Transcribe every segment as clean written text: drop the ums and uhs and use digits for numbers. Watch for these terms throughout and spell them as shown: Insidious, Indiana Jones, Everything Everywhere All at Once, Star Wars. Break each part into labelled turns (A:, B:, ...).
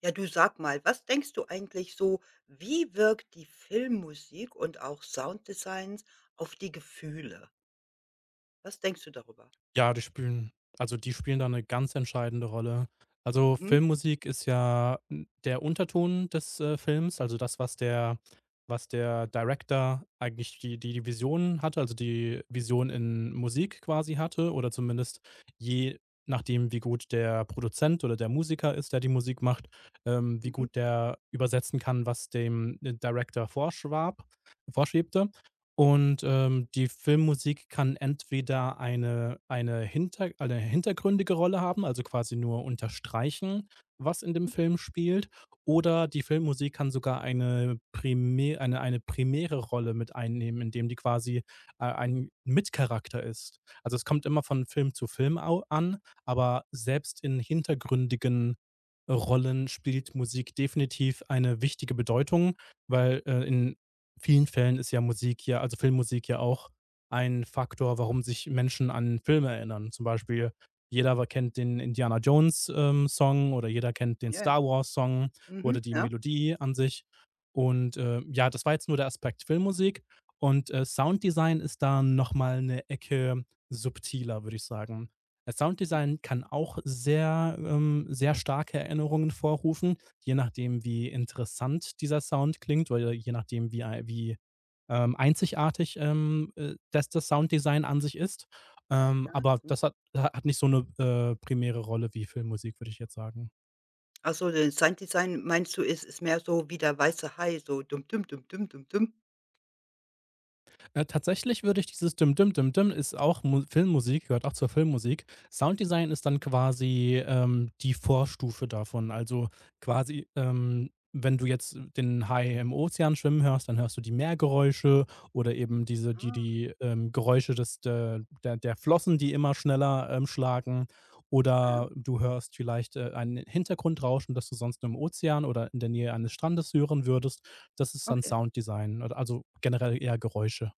A: Ja, du sag mal, was denkst du eigentlich so, wie wirkt die Filmmusik und auch Sounddesigns auf die Gefühle? Was denkst du darüber?
B: Ja, die spielen also, die spielen da eine ganz entscheidende Rolle. Also,
A: Mhm,
B: Filmmusik ist ja, der Unterton des, Films, also das, was der Director eigentlich die Vision hatte, also die Vision in Musik quasi hatte oder zumindest je nachdem, wie gut der Produzent oder der Musiker ist, der die Musik macht, wie
A: mhm,
B: gut der übersetzen kann, was dem, Director vorschwab vorschwebte. Und, die Filmmusik kann entweder eine hintergründige Rolle haben, also quasi nur unterstreichen, was in dem Film spielt, oder die Filmmusik kann sogar eine primäre Rolle mit einnehmen, indem die quasi, ein Mitcharakter ist. Also, es kommt immer von Film zu Film au an, aber selbst in hintergründigen Rollen spielt Musik definitiv eine wichtige Bedeutung, weil, in vielen Fällen ist ja Musik ja also Filmmusik ja auch ein Faktor, warum sich Menschen an Filme erinnern. Zum Beispiel jeder wa kennt den Indiana Jones, Song oder jeder kennt den
A: ja, ja,
B: Star Wars Song
A: mhm,
B: oder die
A: ja,
B: Melodie an sich. Und, ja, das war jetzt nur der Aspekt Filmmusik und, Sounddesign ist da noch mal 'ne Ecke subtiler, würde ich sagen.
A: mhm,
B: Sounddesign kann auch sehr starke Erinnerungen vorrufen, je nachdem, wie interessant dieser Sound klingt oder je nachdem, wie, einzigartig, das Sounddesign an sich ist. Ähm,
A: ja,
B: aber
A: mhm.
B: das hat nicht so eine primäre Rolle wie Filmmusik, würde ich jetzt sagen.
A: Ach so, den Sounddesign meinst du, ist mehr so wie der weiße Hai, so dum dum dum dum dum dum?
B: Tatsächlich würde ich dieses Dim Dim Dim Dim ist auch Mu Filmmusik, gehört auch zur Filmmusik. Sounddesign ist dann quasi, die Vorstufe davon. Also, quasi, wenn du jetzt den Hai im Ozean schwimmen hörst, dann hörst du die Meergeräusche oder eben
A: Ah,
B: Geräusche des der Flossen, die immer schneller, schlagen.
A: mhm,
B: Oder du hörst vielleicht, ein Hintergrundrauschen, das du sonst nur im Ozean oder in der Nähe eines Strandes hören würdest. Das ist dann
A: okay.
B: Sounddesign oder also generell eher Geräusche.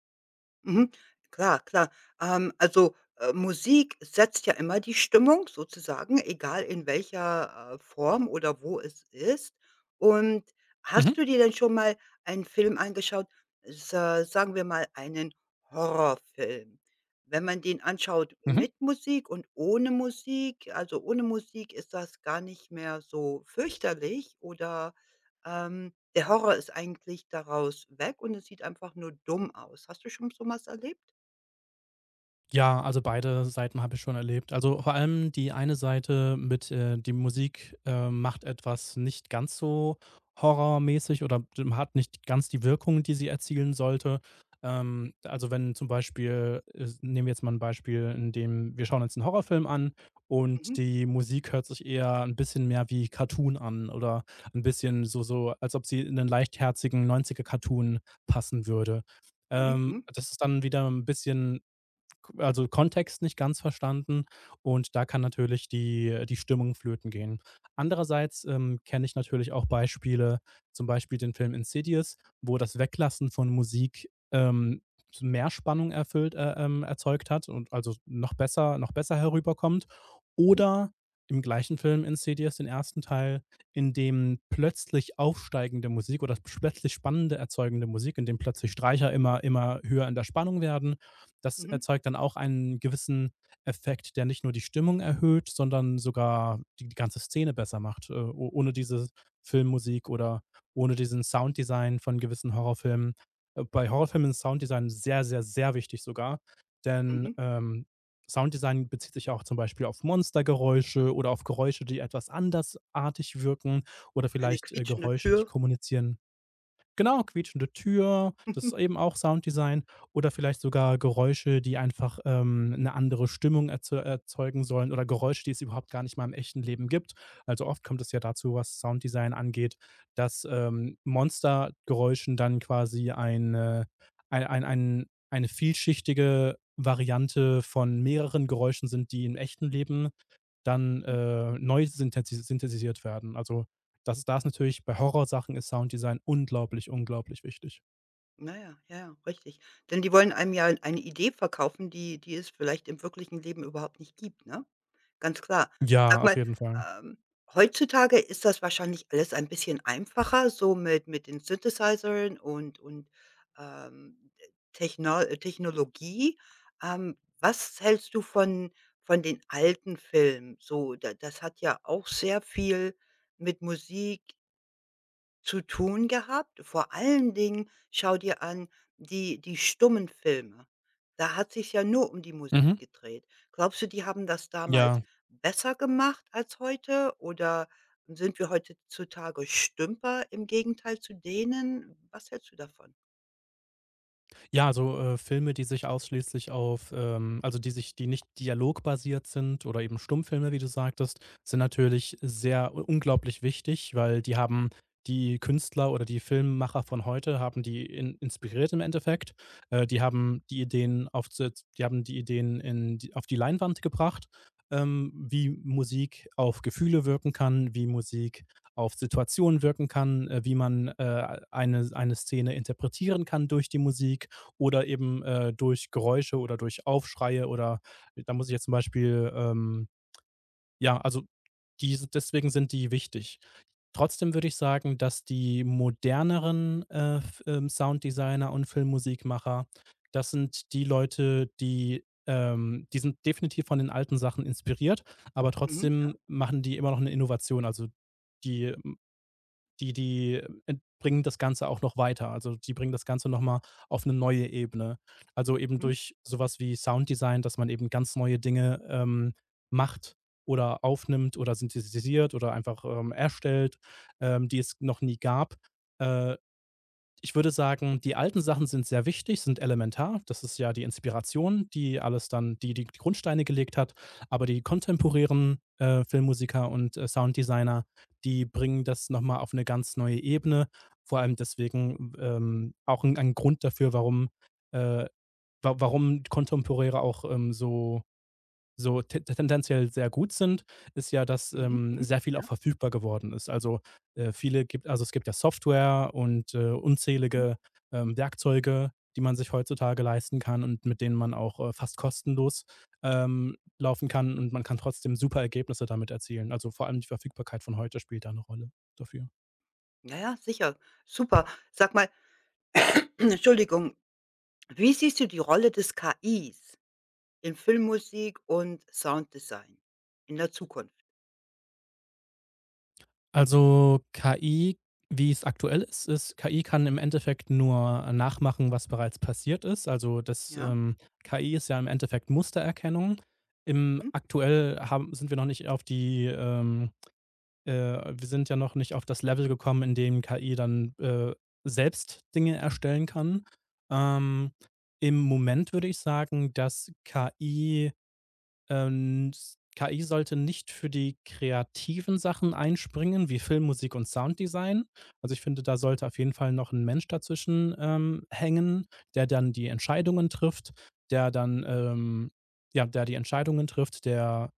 A: Mhm. Klar, klar. Also, Musik setzt ja immer die Stimmung sozusagen, egal in welcher Form oder wo es ist. Und
B: Mhm,
A: hast du dir denn schon mal einen Film angeschaut, sa sagen wir mal einen Horrorfilm? Wenn man den anschaut
B: mhm.
A: mit Musik und ohne Musik, also ohne Musik ist das gar nicht mehr so fürchterlich, oder der Horror ist eigentlich daraus weg und es sieht einfach nur dumm aus. Hast du schon so was erlebt?
B: Ja, also beide Seiten habe ich schon erlebt. Also vor allem die eine Seite mit, die Musik, macht etwas nicht ganz so horrormäßig oder hat nicht ganz die Wirkung, die sie erzielen sollte. Also wenn zum Beispiel, nehmen wir jetzt mal ein Beispiel, in dem wir schauen uns einen Horrorfilm an und
A: Mhm,
B: die Musik hört sich eher ein bisschen mehr wie Cartoon an oder ein bisschen so, so als ob sie in einen leichtherzigen neunziger Cartoon passen würde.
A: mhm,
B: Ähm,
A: mhm,
B: das ist dann wieder ein bisschen also Kontext nicht ganz verstanden und da kann natürlich die Stimmung flöten gehen. Andererseits, kenne ich natürlich auch Beispiele, zum Beispiel den Film Insidious, wo das Weglassen von Musik, mehr Spannung erfüllt erzeugt hat und also noch besser herüberkommt. Oder im gleichen Film Insidious, den ersten Teil, in dem plötzlich aufsteigende Musik oder plötzlich spannende erzeugende Musik, in dem plötzlich Streicher immer immer höher in der Spannung werden, das
A: mhm,
B: erzeugt dann auch einen gewissen Effekt, der nicht nur die Stimmung erhöht, sondern sogar die ganze Szene besser macht. O Ohne diese Filmmusik oder ohne diesen Sounddesign von gewissen Horrorfilmen. Bei Horrorfilmen ist Sounddesign sehr, sehr, sehr wichtig sogar, denn,
A: mhm.
B: Sounddesign bezieht sich ja auch zum Beispiel auf Monstergeräusche oder auf Geräusche, die etwas andersartig wirken oder
A: Eine
B: vielleicht,
A: quietschende
B: Geräusche, die
A: Tür.
B: kommunizieren. Genau, quietschende Tür, das
A: Mhm.
B: ist eben auch Sounddesign oder vielleicht sogar Geräusche, die einfach, 'ne andere Stimmung erzeugen sollen oder Geräusche, die es überhaupt gar nicht mal im echten Leben gibt. Also, oft kommt es ja dazu, was Sounddesign angeht, dass, Monstergeräuschen dann quasi eine ein eine vielschichtige Variante von mehreren Geräuschen sind, die im echten Leben dann, neu synthetisiert werden. Also, das ist da ist natürlich bei Horrorsachen ist Sounddesign unglaublich, unglaublich wichtig.
A: Na ja, ja, ja, richtig. Denn die wollen einem ja eine Idee verkaufen, die die es vielleicht im wirklichen Leben überhaupt nicht gibt, ne? Ganz klar. Sag
B: Ja, auf
A: mal,
B: jeden Fall.
A: ähm, heutzutage ist das wahrscheinlich alles ein bisschen einfacher, so mit den Synthesizern und ähm, Techno äh, Technologie. Was hältst du von den alten Filmen? So, da das hat ja auch sehr viel mit Musik zu tun gehabt. Vor allen Dingen schau dir an die stummen Filme. Da hat sich ja nur um die Musik
B: Mhm.
A: gedreht. Glaubst du, die haben das damals
B: Ja.
A: besser gemacht als heute oder sind wir heutzutage Stümper im Gegenteil zu denen? Was hältst du davon?
B: Ja, so, Filme, die sich ausschließlich auf, also, die sich die nicht dialogbasiert sind oder eben Stummfilme, wie du sagtest, sind natürlich sehr u unglaublich wichtig, weil die haben die Künstler oder die Filmemacher von heute haben die in inspiriert im Endeffekt. Die haben die haben die Ideen in die auf die Leinwand gebracht, wie Musik auf Gefühle wirken kann, wie Musik auf Situationen wirken kann, wie man, eine Szene interpretieren kann durch die Musik oder eben, durch Geräusche oder durch Aufschreie oder da muss ich jetzt zum Beispiel, ja, also die deswegen sind die wichtig. Trotzdem würde ich sagen, dass die moderneren, F Sounddesigner und Filmmusikmacher, das sind die Leute, die sind definitiv von den alten Sachen inspiriert, aber
A: Mhm,
B: trotzdem machen die immer noch eine Innovation. Also, die die die ent bringen das Ganze auch noch weiter. Also, die bringen das Ganze noch mal auf eine neue Ebene. Also, eben
A: mhm,
B: durch sowas wie Sounddesign, dass man eben ganz neue Dinge, macht oder aufnimmt oder synthetisiert oder einfach, erstellt, die es noch nie gab. Äh, ich würde sagen, die alten Sachen sind sehr wichtig, sind elementar. Das ist ja die Inspiration, die alles dann die Grundsteine gelegt hat. Aber die kontemporären, Filmmusiker und, Sounddesigner, die bringen das noch mal auf eine ganz neue Ebene. Vor allem deswegen, auch 'n ein Grund dafür, äh, warum Kontemporäre auch, so so te tendenziell sehr gut sind, ist ja, dass,
A: mhm, mhm,
B: sehr viel auch
A: ja,
B: verfügbar geworden ist. Also, es gibt ja Software und,
A: mhm.
B: unzählige, Werkzeuge, die man sich heutzutage leisten kann und mit denen man auch, fast kostenlos, laufen kann und man kann trotzdem super Ergebnisse damit erzielen. Also, vor allem die Verfügbarkeit von heute spielt da eine Rolle dafür.
A: Ja, ja, sicher. Super. Sag mal, Entschuldigung, wie siehst du die Rolle des KIs in Filmmusik und Sounddesign in der Zukunft?
B: Also, KI, wie es aktuell ist, KI kann im Endeffekt nur nachmachen, was bereits passiert ist. Also,
A: Ja,
B: KI ist ja im Endeffekt Mustererkennung. Im
A: mhm,
B: aktuell haben sind wir noch nicht auf äh wir sind ja noch nicht auf das Level gekommen, in dem KI dann, selbst Dinge erstellen kann. Ähm, im Moment würde ich sagen, dass KI sollte nicht für die kreativen Sachen einspringen, wie Film, Musik und Sounddesign. Also, ich finde, da sollte auf jeden Fall noch ein Mensch dazwischen, hängen, der dann die Entscheidungen trifft, der dann, ähm ja, der die Entscheidungen trifft,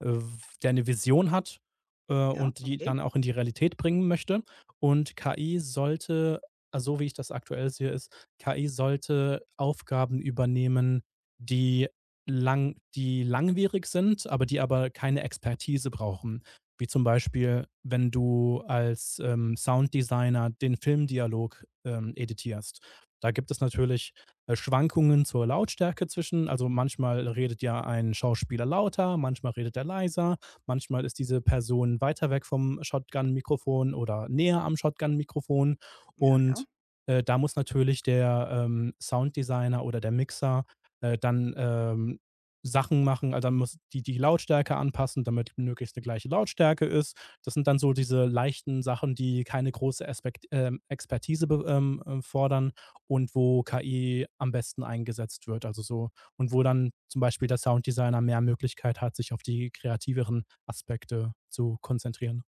B: äh der eine Vision hat,
A: ja,
B: und die
A: okay.
B: dann auch in die Realität bringen möchte. Und, KI sollte also, so wie ich das aktuell sehe, ist KI sollte Aufgaben übernehmen, die langwierig sind, aber die aber keine Expertise brauchen. Wie zum Beispiel, wenn du als, Sounddesigner den Filmdialog, editierst. Da gibt es natürlich, Schwankungen zur Lautstärke zwischen also, manchmal redet ja ein Schauspieler lauter, manchmal redet er leiser, manchmal ist diese Person weiter weg vom Shotgun-Mikrofon oder näher am Shotgun-Mikrofon.
A: Ja,
B: Und,
A: ja.
B: da muss natürlich der, Sounddesigner oder der Mixer, dann, Sachen machen, also, dann muss die Lautstärke anpassen, damit möglichst eine gleiche Lautstärke ist. Das sind dann so diese leichten Sachen, die keine große Aspekt Expertise be fordern und wo KI am besten eingesetzt wird, und wo dann zum Beispiel der Sounddesigner mehr Möglichkeit hat, sich auf die kreativeren Aspekte zu konzentrieren.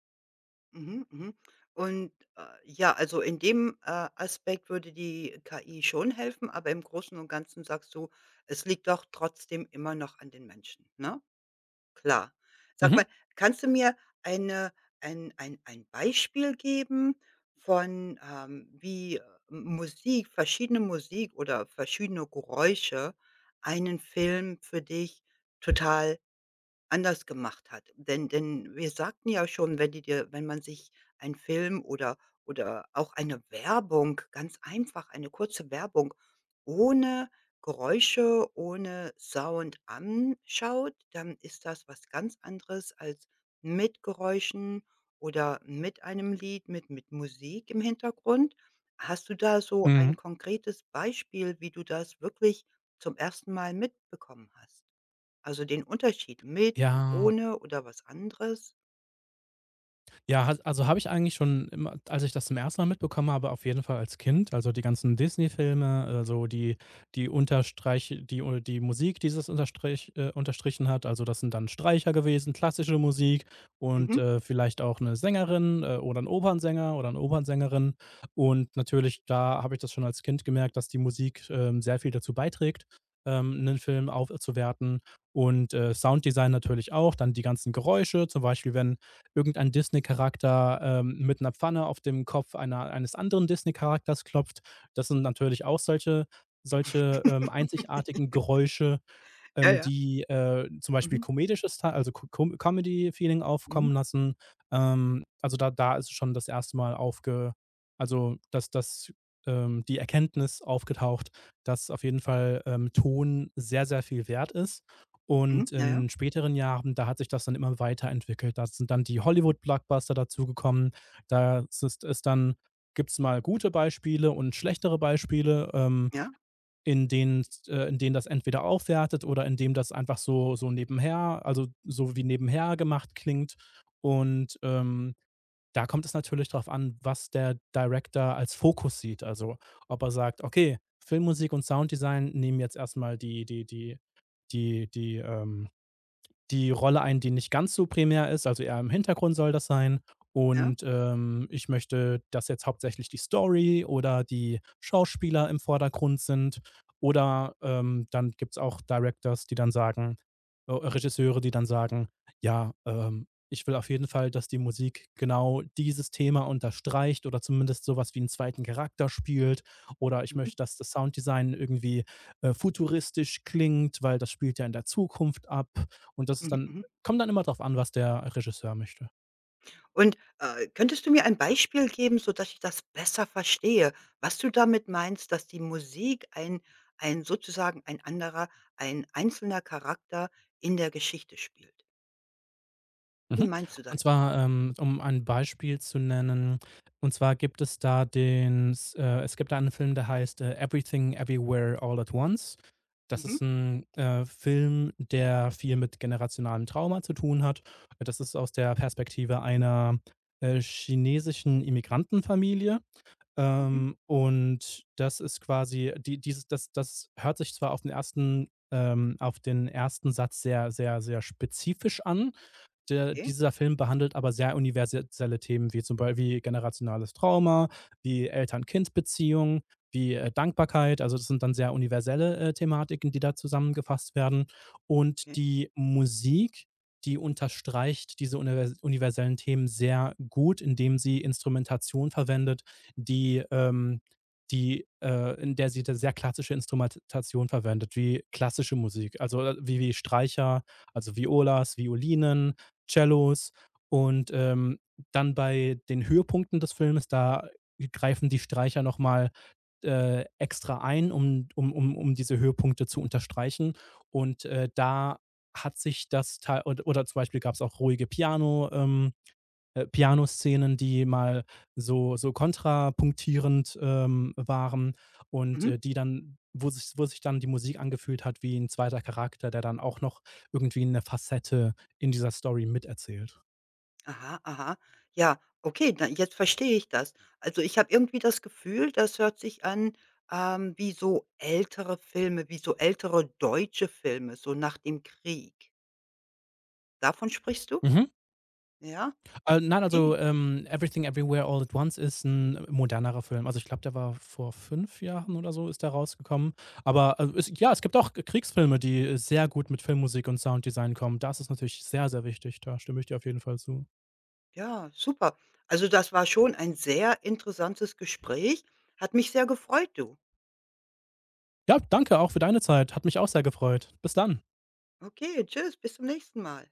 A: Mhm, mhm. Und, ja, also in dem Aspekt würde die KI schon helfen, aber im Großen und Ganzen sagst du, es liegt doch trotzdem immer noch an den Menschen, ne? Klar. Sag
B: Mhm,
A: mal, kannst du mir eine ein Beispiel geben von wie Musik verschiedene Musik oder verschiedene Geräusche einen Film für dich total anders gemacht hat. Denn wir sagten ja schon, wenn die dir wenn man sich einen Film oder auch eine Werbung, ganz einfach eine kurze Werbung, ohne Geräusche, ohne Sound anschaut, dann ist das was ganz anderes als mit Geräuschen oder mit einem Lied, mit Musik im Hintergrund. Hast du da so
B: mhm.
A: ein konkretes Beispiel, wie du das wirklich zum ersten Mal mitbekommen hast? Also, den Unterschied mit und
B: Ja.
A: ohne oder was anderes?
B: Ja, ha also, habe ich eigentlich schon immer als ich das zum ersten Mal mitbekommen habe, auf jeden Fall als Kind, also, die ganzen Disney-Filme, also, die die unterstreich die oder die Musik, die das unterstrichen hat. Also, das sind dann Streicher gewesen, klassische Musik und,
A: Mhm.
B: vielleicht auch eine Sängerin, oder ein Opernsänger oder eine Opernsängerin. Und natürlich, da habe ich das schon als Kind gemerkt, dass die Musik, sehr viel dazu beiträgt, 'nen Film aufzuwerten und, Sounddesign natürlich auch, dann die ganzen Geräusche, zum Beispiel, wenn irgendein Disney-Charakter mit einer Pfanne auf dem Kopf einer eines anderen Disney-Charakters klopft. Das sind natürlich auch einzigartigen Geräusche,
A: Ja, ja.
B: die, zum Beispiel
A: Mhm,
B: komedisches Teil also Co Com Comedy-Feeling
A: mhm,
B: aufkommen lassen. Also, da ist schon das erste Mal aufge also, dass das die Erkenntnis aufgetaucht, dass auf jeden Fall, Ton sehr, sehr viel wert ist. Und
A: mhm. Ja, ja,
B: in späteren Jahren, da hat sich das dann immer weiterentwickelt. Da sind dann die Hollywood-Blockbuster dazugekommen. Da ist ist dann gibt's mal gute Beispiele und schlechtere Beispiele. Ähm,
A: ja,
B: in denen, das entweder aufwertet oder in dem das einfach so, so nebenher, also so wie nebenher gemacht klingt. Und, da kommt es natürlich darauf an, was der Director als Fokus sieht. Also ob er sagt, okay, Filmmusik und Sounddesign nehmen jetzt erstmal die, die ähm, die Rolle ein, die nicht ganz so primär ist, also eher im Hintergrund soll das sein.
A: ja.
B: Und, ich möchte, dass jetzt hauptsächlich die Story oder die Schauspieler im Vordergrund sind. Oder, dann gibt's auch Directors, die dann sagen Regisseure, die dann sagen: „Ja, ich will auf jeden Fall, dass die Musik genau dieses Thema unterstreicht oder zumindest sowas wie einen zweiten Charakter spielt." Oder: „Ich
A: Mhm,
B: möchte, dass das Sounddesign irgendwie, futuristisch klingt, weil das spielt ja in der Zukunft ab." Und das ist
A: mhm,
B: dann
A: mhm.
B: kommt dann immer drauf an, was der Regisseur möchte.
A: Und, könntest du mir ein Beispiel geben, sodass ich das besser verstehe, was du damit meinst, dass die Musik ein sozusagen ein einzelner Charakter in der Geschichte spielt? Wie
B: Mhm.
A: meinst du das?
B: Und zwar, um ein Beispiel zu nennen, und zwar gibt es da den s es gibt da einen Film, der heißt, „Everything Everywhere All at Once". Das
A: Mhm,
B: ist ein Film, der viel mit generationalem Trauma zu tun hat. Das ist aus der Perspektive einer, chinesischen Immigrantenfamilie.
A: mhm,
B: Und das ist quasi die dieses das das hört sich zwar auf den ersten Satz sehr, sehr, sehr spezifisch an,
A: okay,
B: dieser Film behandelt aber sehr universelle Themen wie zum Beispiel wie generationales Trauma, wie Eltern-Kind-Beziehungen, wie Dankbarkeit. Also das sind dann sehr universelle Thematiken, die da zusammengefasst werden. Und
A: okay.
B: die Musik, die unterstreicht diese universellen Themen sehr gut, indem sie Instrumentation verwendet, die ähm, in der sie da sehr klassische Instrumentation verwendet, wie klassische Musik, also wie Streicher, also Violas, Violinen, Cellos und, dann bei den Höhepunkten des Filmes, da greifen die Streicher noch mal, extra ein, um diese Höhepunkte zu unterstreichen. Und, da hat sich das Teil od oder zum Beispiel gab es auch ruhige Pianoszenen, die mal so kontrapunktierend, waren und,
A: Mhm.
B: die dann wo sich dann die Musik angefühlt hat wie ein zweiter Charakter, der dann auch noch irgendwie eine Facette in dieser Story miterzählt.
A: Aha, aha. Ja, okay, da jetzt verstehe ich das. Also, ich habe irgendwie das Gefühl, das hört sich an, wie so ältere Filme, wie so ältere deutsche Filme, so nach dem Krieg. Davon sprichst du?
B: Mhm.
A: Ja,
B: Nein, also,
A: okay.
B: „Everything Everywhere All at Once" ist ein modernerer Film. Also, ich glaube, der war vor 5 Jahren oder so ist der rausgekommen. Aber, es gibt auch Kriegsfilme, die sehr gut mit Filmmusik und Sounddesign kommen. Das ist natürlich sehr, sehr wichtig. Da stimme ich dir auf jeden Fall zu.
A: Ja, super. Also, das war schon ein sehr interessantes Gespräch. Hat mich sehr gefreut, du.
B: Ja, danke auch für deine Zeit. Hat mich auch sehr gefreut. Bis dann.
A: Okay, tschüss, bis zum nächsten Mal.